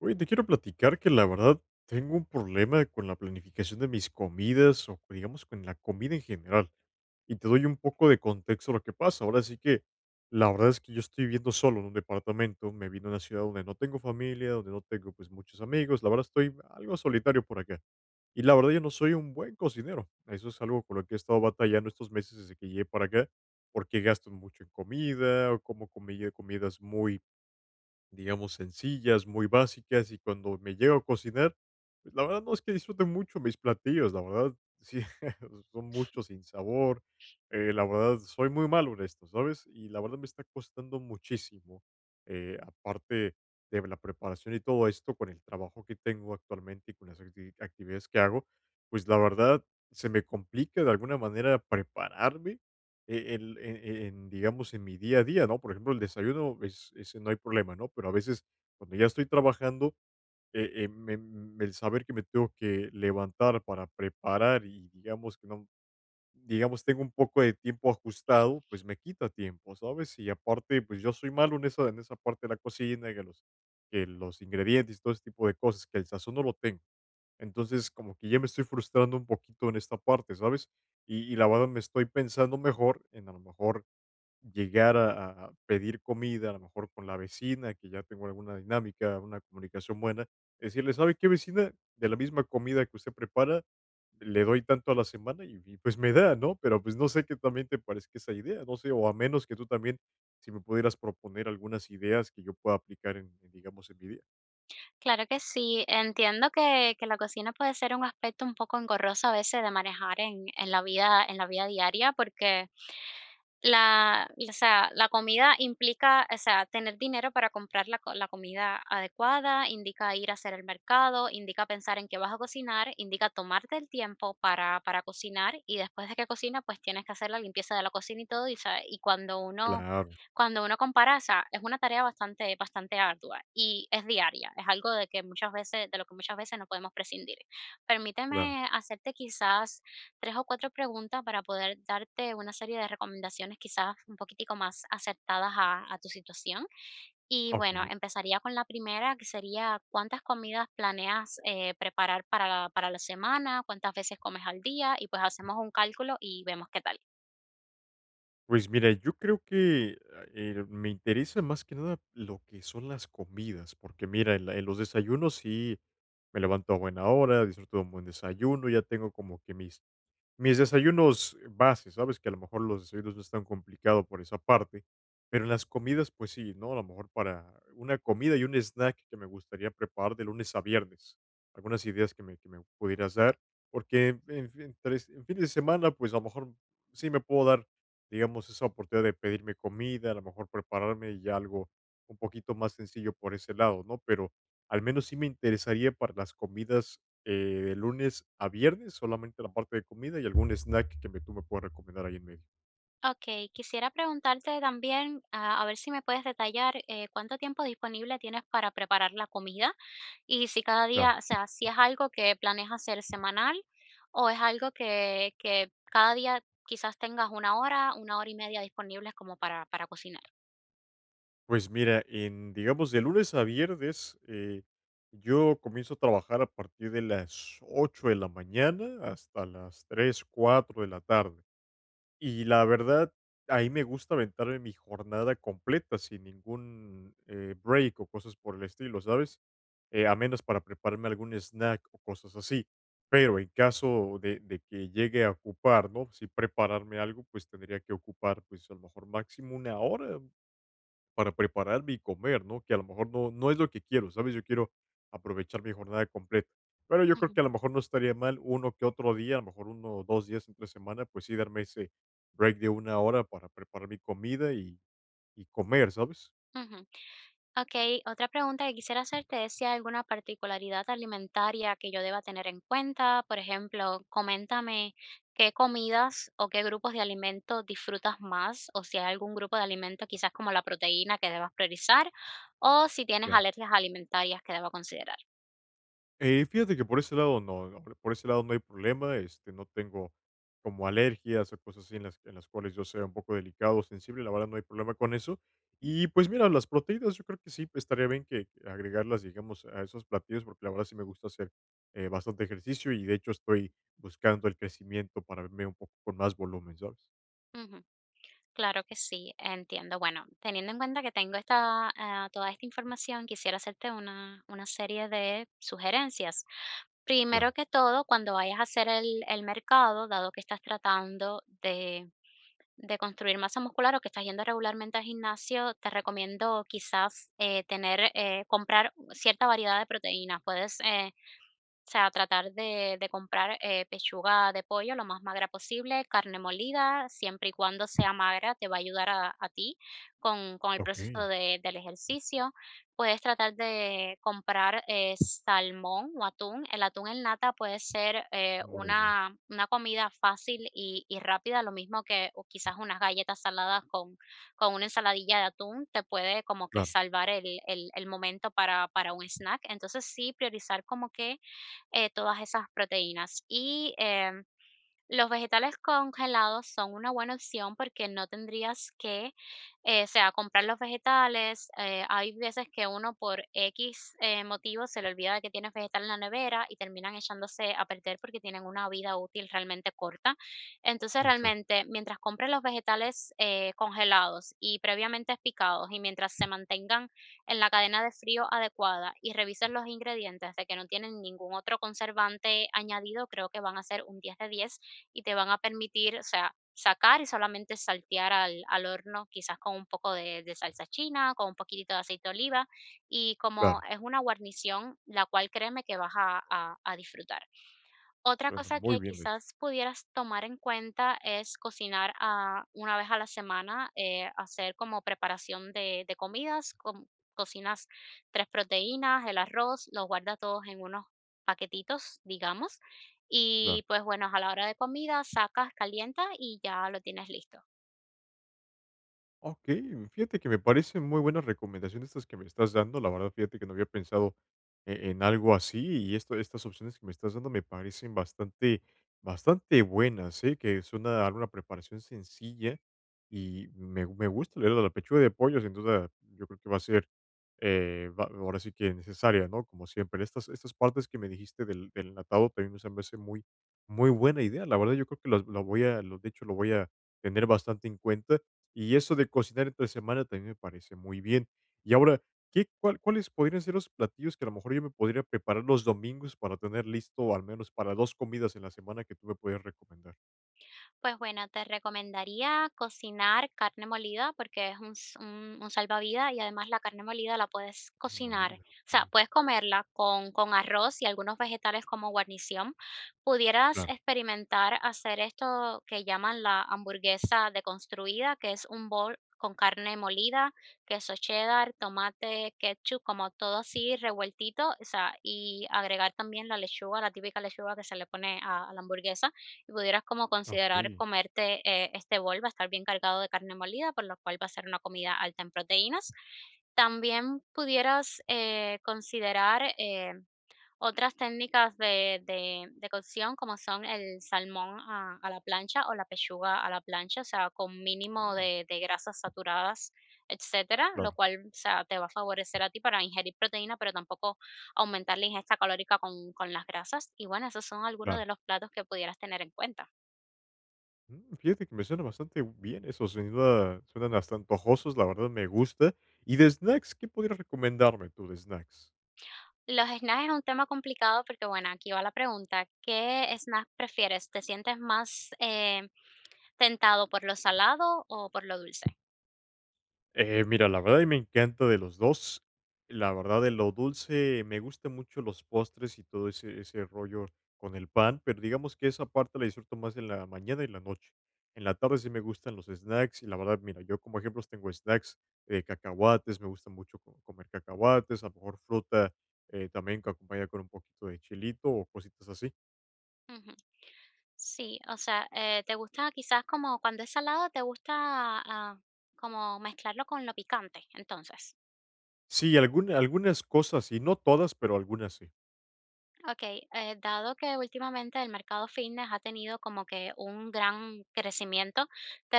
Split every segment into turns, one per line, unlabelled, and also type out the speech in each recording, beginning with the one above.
Oye, te quiero platicar que la verdad tengo un problema con la planificación de mis comidas o digamos con la comida en general. Y te doy un poco de contexto a lo que pasa. Ahora sí que la verdad es que yo estoy viviendo solo en un departamento, me vine a una ciudad donde no tengo familia, donde no tengo pues muchos amigos, la verdad estoy algo solitario por acá. Y la verdad yo no soy un buen cocinero. Eso es algo con lo que he estado batallando estos meses desde que llegué para acá, porque gasto mucho en comida, o como comida, comidas muy digamos, sencillas, muy básicas, y cuando me llego a cocinar, pues, la verdad no es que disfrute mucho mis platillos, la verdad, sí, son muchos sin sabor, la verdad, soy muy malo en esto, ¿sabes? Y la verdad me está costando muchísimo, aparte de la preparación y todo esto, con el trabajo que tengo actualmente y con las actividades que hago, pues la verdad se me complica de alguna manera prepararme en, digamos, en mi día a día, ¿no? Por ejemplo, el desayuno, es, ese no hay problema, ¿no? Pero a veces cuando ya estoy trabajando, el saber que me tengo que levantar para preparar y digamos que no, digamos, tengo un poco de tiempo ajustado, pues me quita tiempo, ¿sabes? Y aparte, pues yo soy malo en esa parte de la cocina, que los ingredientes y todo ese tipo de cosas, que el sazón no lo tengo. Entonces, como que ya me estoy frustrando un poquito en esta parte, ¿sabes? Y la verdad me estoy pensando mejor en a lo mejor llegar a pedir comida, a lo mejor con la vecina, que ya tengo alguna dinámica, una comunicación buena, decirle, ¿sabe qué vecina? De la misma comida que usted prepara, le doy tanto a la semana y pues me da, ¿no? Pero pues no sé qué también te parezca esa idea, no sé, o a menos que tú también, si me pudieras proponer algunas ideas que yo pueda aplicar digamos, en mi día.
Claro que sí, entiendo que la cocina puede ser un aspecto un poco engorroso a veces de manejar en la vida diaria, porque la o sea, la comida implica, o sea, tener dinero para comprar la comida adecuada, indica ir a hacer el mercado, indica pensar en qué vas a cocinar, indica tomarte el tiempo para cocinar, y después de que cocinas, pues, tienes que hacer la limpieza de la cocina y todo, y
Claro,
cuando uno compara, o sea, es una tarea bastante bastante ardua, y es diaria, es algo de lo que muchas veces no podemos prescindir.
claro.
Permíteme hacerte quizás tres o 4 preguntas para poder darte una serie de recomendaciones quizás un poquitico más acertadas a tu situación. Y
Ok.
bueno, empezaría con la primera, que sería cuántas comidas planeas preparar para la semana, cuántas veces comes al día y pues hacemos un cálculo y vemos qué tal.
Pues mira, yo creo que me interesa más que nada lo que son las comidas, porque mira, en los desayunos sí me levanto a buena hora, disfruto de un buen desayuno, ya tengo como que mis desayunos base, sabes que a lo mejor los desayunos no es tan complicado por esa parte, pero en las comidas, pues sí, ¿no? A lo mejor para una comida y un snack que me gustaría preparar de lunes a viernes. Algunas ideas que me pudieras dar, porque en fines de semana, pues a lo mejor sí me puedo dar, digamos, esa oportunidad de pedirme comida, a lo mejor prepararme ya algo un poquito más sencillo por ese lado, ¿no? Pero al menos sí me interesaría para las comidas de lunes a viernes, solamente la parte de comida y algún snack que me, tú me puedas recomendar ahí en medio.
Ok, quisiera preguntarte también, a ver si me puedes detallar cuánto tiempo disponible tienes para preparar la comida. Y si cada
Claro.
día, o sea, si es algo que planeas hacer semanal o es algo que cada día quizás tengas una hora y media disponibles como para cocinar.
Pues mira, en, digamos, de lunes a viernes, yo comienzo a trabajar a partir de las 8 de la mañana hasta las 3 4 de la tarde. Y la verdad, ahí me gusta aventarme mi jornada completa sin ningún, break o cosas por el estilo, ¿sabes? A menos para prepararme algún snack o cosas así. Pero en caso de que llegue a ocupar, ¿no? Si prepararme algo, pues tendría que ocupar, pues, a lo mejor máximo una hora para prepararme y comer, ¿no? Que a lo mejor no, no es lo que quiero, ¿sabes? Yo quiero aprovechar mi jornada completa. Pero yo creo
Ujú,
que a lo mejor no estaría mal uno que otro día, a lo mejor uno o dos días entre semana, pues sí darme ese break de una hora para preparar mi comida y comer, ¿sabes?
ujú. Ok, otra pregunta que quisiera hacerte es si hay alguna particularidad alimentaria que yo deba tener en cuenta. Por ejemplo, coméntame qué comidas o qué grupos de alimentos disfrutas más o si hay algún grupo de alimentos quizás como la proteína que debas priorizar o si tienes
Claro.
alergias alimentarias que deba considerar.
Fíjate que por ese lado no, no, por ese lado no hay problema, este, no tengo como alergias o cosas así en las cuales yo sea un poco delicado o sensible, la verdad no hay problema con eso. Y pues mira, las proteínas yo creo que sí, pues, estaría bien que agregarlas, digamos, a esos platillos, porque la verdad sí me gusta hacer bastante ejercicio y de hecho estoy buscando el crecimiento para verme un poco con más volumen, ¿sabes?
Ujú. Claro que sí, entiendo. Bueno, teniendo en cuenta que tengo esta, toda esta información, quisiera hacerte una serie de sugerencias. Primero
Claro.
que todo, cuando vayas a hacer el mercado, dado que estás tratando de construir masa muscular o que estás yendo regularmente al gimnasio, te recomiendo quizás tener, comprar cierta variedad de proteínas. Puedes o sea, tratar de comprar, pechuga de pollo lo más magra posible, carne molida, siempre y cuando sea magra, te va a ayudar a ti con el
Ok,
proceso de del ejercicio. Puedes tratar de comprar, salmón o atún. El atún en lata puede ser,
muy buena idea.
una comida fácil y rápida, lo mismo que o quizás unas galletas saladas con una ensaladilla de atún, te puede como que
Claro,
salvar el momento para un snack. Entonces, sí, priorizar como que todas esas proteínas. Y los vegetales congelados son una buena opción porque no tendrías que, o sea, comprar los vegetales. Hay veces que uno por X motivo se le olvida de que tienes vegetal en la nevera y terminan echándose a perder porque tienen una vida útil realmente corta. Entonces,
exacto,
realmente, mientras compres los vegetales congelados y previamente picados y mientras se mantengan en la cadena de frío adecuada y revises los ingredientes de que no tienen ningún otro conservante añadido, creo que van a ser un 10 de 10 y te van a permitir, o sea, sacar y solamente saltear al horno, quizás con un poco de salsa china, con un poquitito de aceite de oliva, y como
claro.
es una guarnición, la cual créeme que vas a disfrutar. Otra
Suena
cosa
muy
que
bien, de hecho,
quizás pudieras tomar en cuenta es cocinar a una vez a la semana, hacer como preparación de comidas, cocinas tres proteínas, el arroz, los guardas todos en unos paquetitos, digamos,
claro.
y pues bueno, a la hora de comida sacas, calienta y ya lo tienes listo.
Ok, fíjate que me parecen muy buenas recomendaciones estas que me estás dando. La verdad, fíjate que no había pensado en algo así y esto, estas opciones que me estás dando me parecen bastante, bastante buenas, ¿eh? Que es una preparación sencilla me gusta la idea de la pechuga de pollo, sin duda, yo creo que va a ser ahora sí que necesaria, ¿no? Como siempre, estas, estas partes que me dijiste del enlatado también se me hace muy, muy buena idea. La verdad, yo creo que las- la voy a, lo, de hecho, lo voy a tener bastante en cuenta y eso de cocinar entre semana también me parece muy bien. Y ahora, ¿ cuáles podrían ser los platillos que a lo mejor yo me podría preparar los domingos para tener listo al menos para dos comidas en la semana que tú me podrías recomendar?
Pues bueno, te recomendaría cocinar carne molida porque es un salvavidas y además la carne molida la puedes
Una
cocinar. O
molida, ok.
sea, puedes comerla con arroz y algunos vegetales como guarnición. Pudieras
Claro,
experimentar hacer esto que llaman la hamburguesa deconstruida, que es un bol con carne molida, queso cheddar, tomate, ketchup, como todo así revueltito, o sea, y agregar también la lechuga, la típica lechuga que se le pone a la hamburguesa y pudieras como considerar
ok.
comerte este bol, va a estar bien cargado de carne molida, por lo cual va a ser una comida alta en proteínas. También pudieras considerar otras técnicas de cocción, como son el salmón a la plancha o la pechuga a la plancha, o sea, con mínimo
Mm,
de grasas saturadas, etcétera, lo
claro,
cual o sea, te va a favorecer a ti para ingerir proteína, pero tampoco aumentar la ingesta calórica con las grasas. Y bueno, esos son algunos
claro.
de los platos que pudieras tener en cuenta.
Mm, fíjate que me suena bastante bien eso, sin duda suenan hasta antojosos, la verdad me gusta. ¿Y de snacks? ¿Qué podrías recomendarme tú de snacks?
Los snacks es un tema complicado porque, bueno, aquí va la pregunta, ¿qué snack prefieres? ¿Te sientes más, tentado por lo salado o por lo dulce?
Mira, la verdad y me encanta de los dos. La verdad, de lo dulce, me gusta mucho los postres y todo ese rollo con el pan, pero digamos que esa parte la disfruto más en la mañana y la noche. En la tarde sí me gustan los snacks y la verdad, mira, yo como ejemplos tengo snacks de cacahuates, me gusta mucho comer cacahuates, a lo mejor fruta, también acompañada con un poquito de chilito o cositas así.
Ujú. Sí, o sea, ¿te gusta quizás como cuando es salado, te gusta, como mezclarlo con lo picante, entonces?
Sí, algunas cosas sí, no todas, pero algunas sí.
Okey, dado que últimamente el mercado fitness ha tenido como que un gran crecimiento, te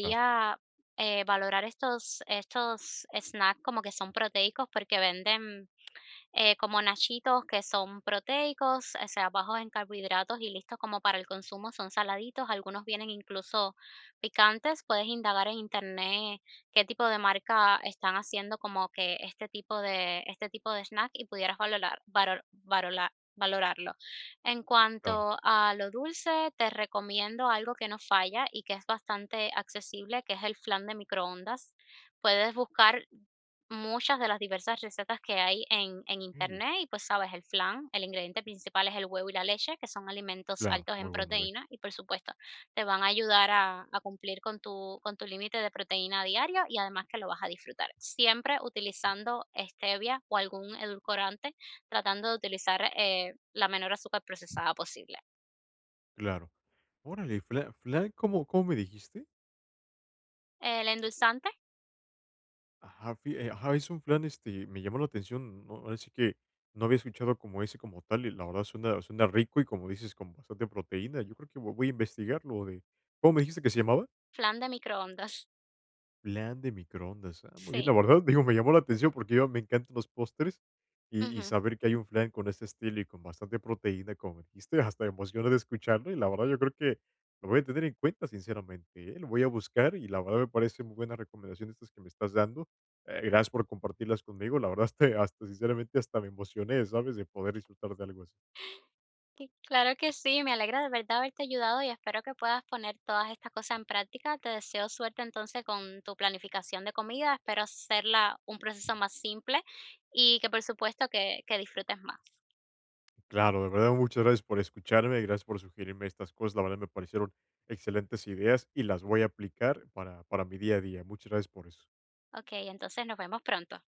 Claro,
valorar estos snacks como que son proteicos porque venden como nachitos que son proteicos, o sea, bajos en carbohidratos y listos como para el consumo, son saladitos, algunos vienen incluso picantes, puedes indagar en internet qué tipo de marca están haciendo como que este tipo de snack y pudieras valorar, valorarlo. En
claro.
cuanto a lo dulce, te recomiendo algo que no falla y que es bastante accesible, que es el flan de microondas. Puedes buscar muchas de las diversas recetas que hay en
Sí,
internet y pues sabes, el flan, el ingrediente principal es el huevo y la leche, que son alimentos
claro,
altos en
muy bueno, de hecho.
proteína y por supuesto te van a ayudar a cumplir con tu límite de proteína diario y además que lo vas a disfrutar. Siempre utilizando stevia o algún edulcorante, tratando de utilizar la menor azúcar procesada posible.
Claro. Órale, flan, ¿ cómo me dijiste?
El endulzante,
Ajá, fi ajá, es un flan, este, me llamó la atención, no, ahora sí que no había escuchado como ese como tal, y la verdad suena suena rico y como dices, con bastante proteína. Yo creo que vo voy a investigarlo de ¿cómo me dijiste que se llamaba?
flan de microondas,
Plan de microondas. Ah, muy bien, la
sí.
verdad, digo, me llamó la atención porque yo me encantan los postres y
Ujú.
saber que hay un flan con este estilo y con bastante proteína, como dijiste, hasta me emociona de escucharlo y la verdad yo creo que lo voy a tener en cuenta, sinceramente, ¿eh? Lo voy a buscar y la verdad me parece muy buena recomendación estas que me estás dando. Gracias por compartirlas conmigo. La verdad, hasta, hasta sinceramente, hasta me emocioné, ¿sabes? De poder disfrutar de algo así.
Y claro que sí, me alegra de verdad haberte ayudado y espero que puedas poner todas estas cosas en práctica. Te deseo suerte entonces con tu planificación de comida. Espero hacerla un proceso más simple y que por supuesto que disfrutes más.
Claro, de verdad, muchas gracias por escucharme y gracias por sugerirme estas cosas. La verdad me parecieron excelentes ideas y las voy a aplicar para mi día a día. Muchas gracias por eso.
Ok, entonces nos vemos pronto.